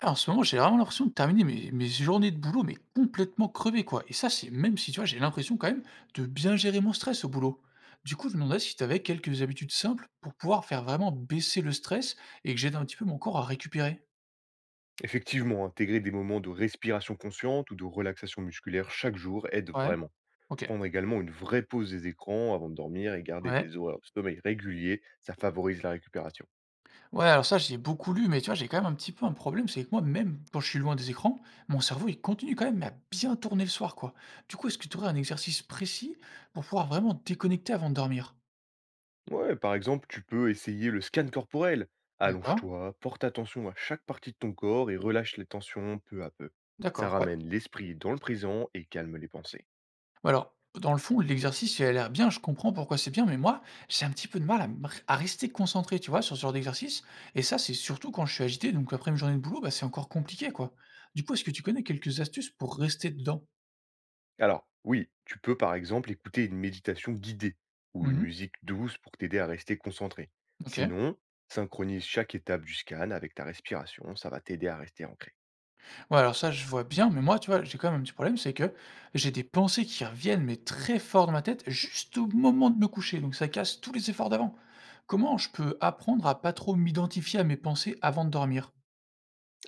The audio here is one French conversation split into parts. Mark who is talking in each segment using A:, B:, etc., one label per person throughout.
A: Ah, en ce moment, j'ai vraiment l'impression de terminer mes journées de boulot, mais complètement crevé, quoi. Et ça, c'est même si, tu vois, j'ai l'impression quand même de bien gérer mon stress au boulot. Du coup, je me demandais si tu avais quelques habitudes simples pour pouvoir faire vraiment baisser le stress et que j'aide un petit peu mon corps à récupérer.
B: Effectivement, intégrer des moments de respiration consciente ou de relaxation musculaire chaque jour aide
A: Ouais.
B: vraiment.
A: OK.
B: Prendre également une vraie pause des écrans avant de dormir et garder
A: Ouais.
B: tes horaires de sommeil réguliers, ça favorise la récupération.
A: Ouais, alors ça, j'ai beaucoup lu, mais tu vois, j'ai quand même un petit peu un problème, c'est que moi, même quand je suis loin des écrans, mon cerveau, il continue quand même à bien tourner le soir, quoi. Du coup, est-ce que tu aurais un exercice précis pour pouvoir vraiment déconnecter avant de dormir?
B: Ouais, par exemple, tu peux essayer le scan corporel.
A: D'accord.
B: Allonge-toi, porte attention à chaque partie de ton corps et relâche les tensions peu à peu. Ça
A: D'accord.
B: ramène l'esprit dans le présent et calme les pensées.
A: Alors, dans le fond, l'exercice, il a l'air bien, je comprends pourquoi c'est bien, mais moi, j'ai un petit peu de mal à, me à rester concentré, tu vois, sur ce genre d'exercice. Et ça, c'est surtout quand je suis agité, donc après une journée de boulot, bah, c'est encore compliqué, quoi. Du coup, est-ce que tu connais quelques astuces pour rester dedans?
B: Alors, oui, tu peux par exemple écouter une méditation guidée ou une
A: Mhm.
B: musique douce pour t'aider à rester concentré.
A: Ok.
B: Sinon, synchronise chaque étape du scan avec ta respiration, ça va t'aider à rester ancré.
A: Ouais, alors ça, je vois bien, mais moi, tu vois, j'ai quand même un petit problème, c'est que j'ai des pensées qui reviennent, mais très fort dans ma tête, juste au moment de me coucher, donc ça casse tous les efforts d'avant. Comment je peux apprendre à pas trop m'identifier à mes pensées avant de dormir?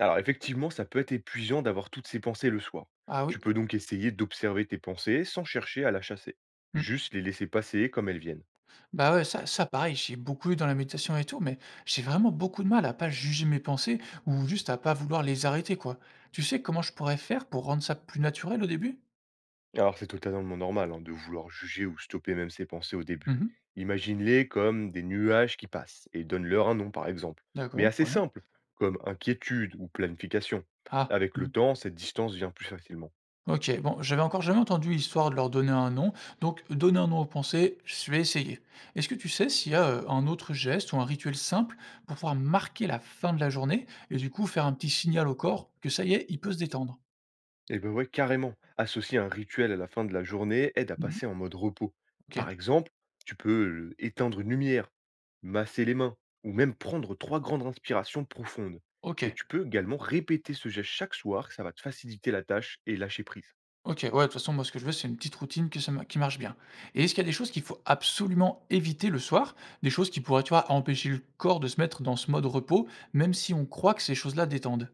B: Alors, effectivement, ça peut être épuisant d'avoir toutes ces pensées le soir.
A: Ah
B: Tu
A: oui.
B: peux donc essayer d'observer tes pensées sans chercher à la chasser. Juste les laisser passer comme elles viennent.
A: Bah, ouais, ça pareil, j'ai beaucoup lu dans la méditation et tout, mais j'ai vraiment beaucoup de mal à pas juger mes pensées ou juste à pas vouloir les arrêter, quoi. Tu sais comment je pourrais faire pour rendre ça plus naturel au début?
B: Alors, c'est totalement normal hein, de vouloir juger ou stopper même ses pensées au début.
A: Mhm.
B: Imagine-les comme des nuages qui passent et donne-leur un nom, par exemple, mais
A: D'accord,
B: assez
A: ouais.
B: simple, comme inquiétude ou planification.
A: Ah,
B: Avec le
A: hmm.
B: temps, cette distance vient plus facilement.
A: Ok, bon, j'avais encore jamais entendu l'histoire de leur donner un nom, donc donner un nom aux pensées, je vais essayer. Est-ce que tu sais s'il y a un autre geste ou un rituel simple pour pouvoir marquer la fin de la journée et du coup faire un petit signal au corps que ça y est, il peut se détendre?
B: Et ben ouais, carrément. Associer un rituel à la fin de la journée aide à
A: Mhm.
B: passer en mode repos.
A: Ok,
B: Par exemple, tu peux éteindre une lumière, masser les mains, ou même prendre 3 grandes inspirations profondes.
A: ok.
B: Et tu peux également répéter ce geste chaque soir, ça va te faciliter la tâche et lâcher prise.
A: OK, ouais, de toute façon, moi, ce que je veux, c'est une petite routine que ça ma qui marche bien. Et est-ce qu'il y a des choses qu'il faut absolument éviter le soir? Des choses qui pourraient, tu vois, empêcher le corps de se mettre dans ce mode repos, même si on croit que ces choses-là détendent?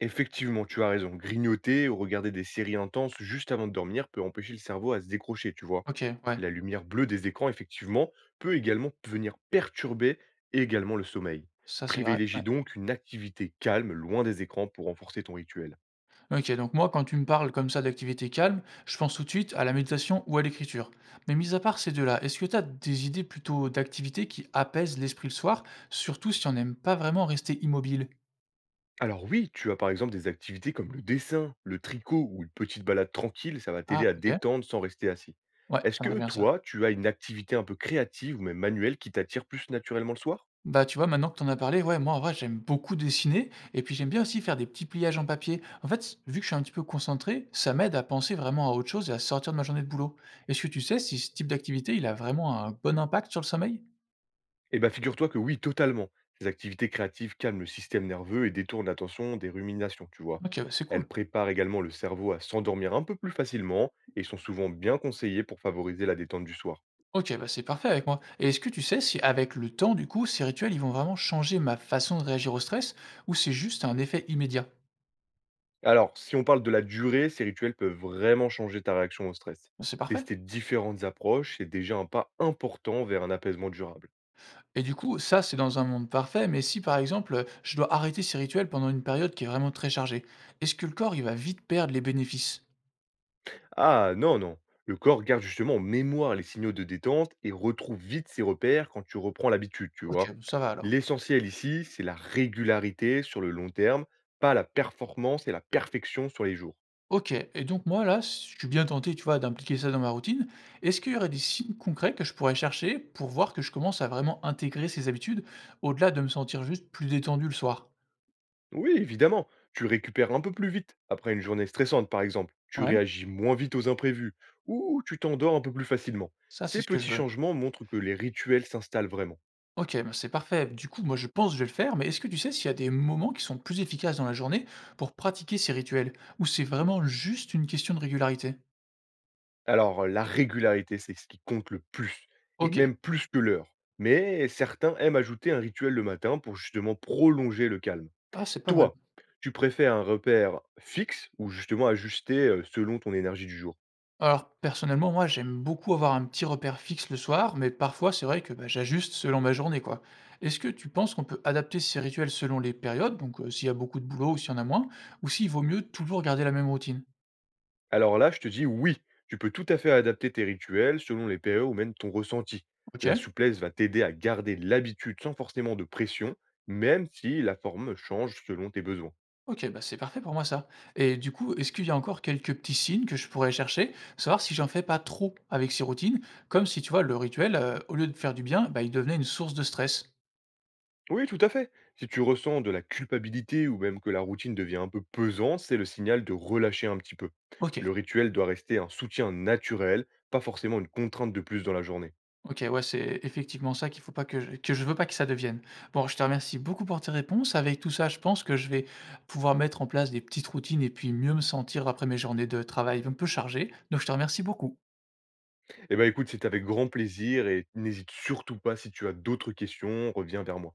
B: Effectivement, tu as raison. Grignoter ou regarder des séries intenses juste avant de dormir peut empêcher le cerveau à se décrocher, tu vois.
A: OK, ouais,
B: La lumière bleue des écrans, effectivement, peut également venir perturber également le sommeil.
A: ça, c'est vrai,
B: Privilégie
A: ouais.
B: donc une activité calme, loin des écrans, pour renforcer ton rituel.
A: OK, donc moi, quand tu me parles comme ça d'activité calme, je pense tout de suite à la méditation ou à l'écriture. Mais mis à part ces deux là, est-ce que tu as des idées plutôt d'activités qui apaisent l'esprit le soir, surtout si on n'aime pas vraiment rester immobile?
B: Alors oui, tu as par exemple des activités comme le dessin, le tricot ou une petite balade tranquille, ça va t'aider
A: Ah,
B: à
A: OK,
B: détendre sans rester assis.
A: ouais,
B: Est-ce
A: ça marche
B: que
A: bien ça.
B: toi, tu as une activité un peu créative ou même manuelle qui t'attire plus naturellement le soir?
A: Bah, tu vois, maintenant que t'en as parlé, ouais, moi, en vrai, j'aime beaucoup dessiner et puis j'aime bien aussi faire des petits pliages en papier. En fait, vu que je suis un petit peu concentré, ça m'aide à penser vraiment à autre chose et à sortir de ma journée de boulot. Est-ce que tu sais si ce type d'activité, il a vraiment un bon impact sur le sommeil?
B: Eh ben, figure-toi que oui, totalement. Ces activités créatives calment le système nerveux et détournent l'attention des ruminations, tu vois.
A: Ok, bah, c'est
B: Elles
A: cool.
B: préparent également le cerveau à s'endormir un peu plus facilement et sont souvent bien conseillées pour favoriser la détente du soir.
A: Ok, bah, c'est parfait avec moi. Et est-ce que tu sais si, avec le temps, du coup, ces rituels, ils vont vraiment changer ma façon de réagir au stress ou c'est juste un effet immédiat?
B: Alors, si on parle de la durée, ces rituels peuvent vraiment changer ta réaction au stress.
A: Bah, c'est parfait.
B: Tester différentes approches, c'est déjà un pas important vers un apaisement durable.
A: Et du coup, ça, c'est dans un monde parfait, mais si par exemple, je dois arrêter ces rituels pendant une période qui est vraiment très chargée, est-ce que le corps, il va vite perdre les bénéfices?
B: Ah non, non. Le corps garde justement en mémoire les signaux de détente et retrouve vite ses repères quand tu reprends l'habitude, tu
A: OK,
B: vois.
A: bon, ça va alors.
B: L'essentiel ici, c'est la régularité sur le long terme, pas la performance et la perfection sur les jours.
A: OK, et donc moi là, si je suis bien tenté, tu vois, d'impliquer ça dans ma routine, est-ce qu'il y aurait des signes concrets que je pourrais chercher pour voir que je commence à vraiment intégrer ces habitudes, au-delà de me sentir juste plus détendu le soir?
B: Oui, évidemment, tu récupères un peu plus vite après une journée stressante, par exemple. Tu
A: Ouais,
B: réagis moins vite aux imprévus ou tu t'endors un peu plus facilement.
A: ça,
B: Ces
A: c'est ce que je
B: petits
A: veux.
B: changements montrent que les rituels s'installent vraiment.
A: OK, bah, c'est parfait. Du coup, moi, je pense que je vais le faire, mais est-ce que tu sais s'il y a des moments qui sont plus efficaces dans la journée pour pratiquer ces rituels? Ou c'est vraiment juste une question de régularité?
B: Alors, la régularité, c'est ce qui compte le plus, et
A: OK.
B: même plus que l'heure. Mais certains aiment ajouter un rituel le matin pour justement prolonger le calme.
A: Ah, c'est pas mal.
B: Toi, tu préfères un repère fixe ou justement ajusté selon ton énergie du jour?
A: Alors, personnellement, moi, j'aime beaucoup avoir un petit repère fixe le soir, mais parfois, c'est vrai que bah, j'ajuste selon ma journée, quoi. Est-ce que tu penses qu'on peut adapter ces rituels selon les périodes, donc s'il y a beaucoup de boulot ou s'il y en a moins, ou s'il vaut mieux toujours garder la même routine?
B: Alors là, je te dis oui, tu peux tout à fait adapter tes rituels selon les périodes ou même ton ressenti.
A: OK.
B: La souplesse va t'aider à garder l'habitude sans forcément de pression, même si la forme change selon tes besoins.
A: OK, bah, c'est parfait pour moi ça, et du coup, est-ce qu'il y a encore quelques petits signes que je pourrais chercher? Savoir si j'en fais pas trop avec ces routines, comme si, tu vois, le rituel, au lieu de faire du bien, bah, il devenait une source de stress.
B: Oui, tout à fait. Si tu ressens de la culpabilité ou même que la routine devient un peu pesante, c'est le signal de relâcher un petit peu. Le
A: OK,
B: rituel doit rester un soutien naturel, pas forcément une contrainte de plus dans la journée.
A: OK, ouais, c'est effectivement ça qu'il faut pas que je veux pas que ça devienne. Bon, je te remercie beaucoup pour tes réponses. Avec tout ça, je pense que je vais pouvoir mettre en place des petites routines et puis mieux me sentir après mes journées de travail un peu chargées, donc je te remercie beaucoup.
B: Eh ben écoute, c'est avec grand plaisir et n'hésite surtout pas si tu as d'autres questions, reviens vers moi.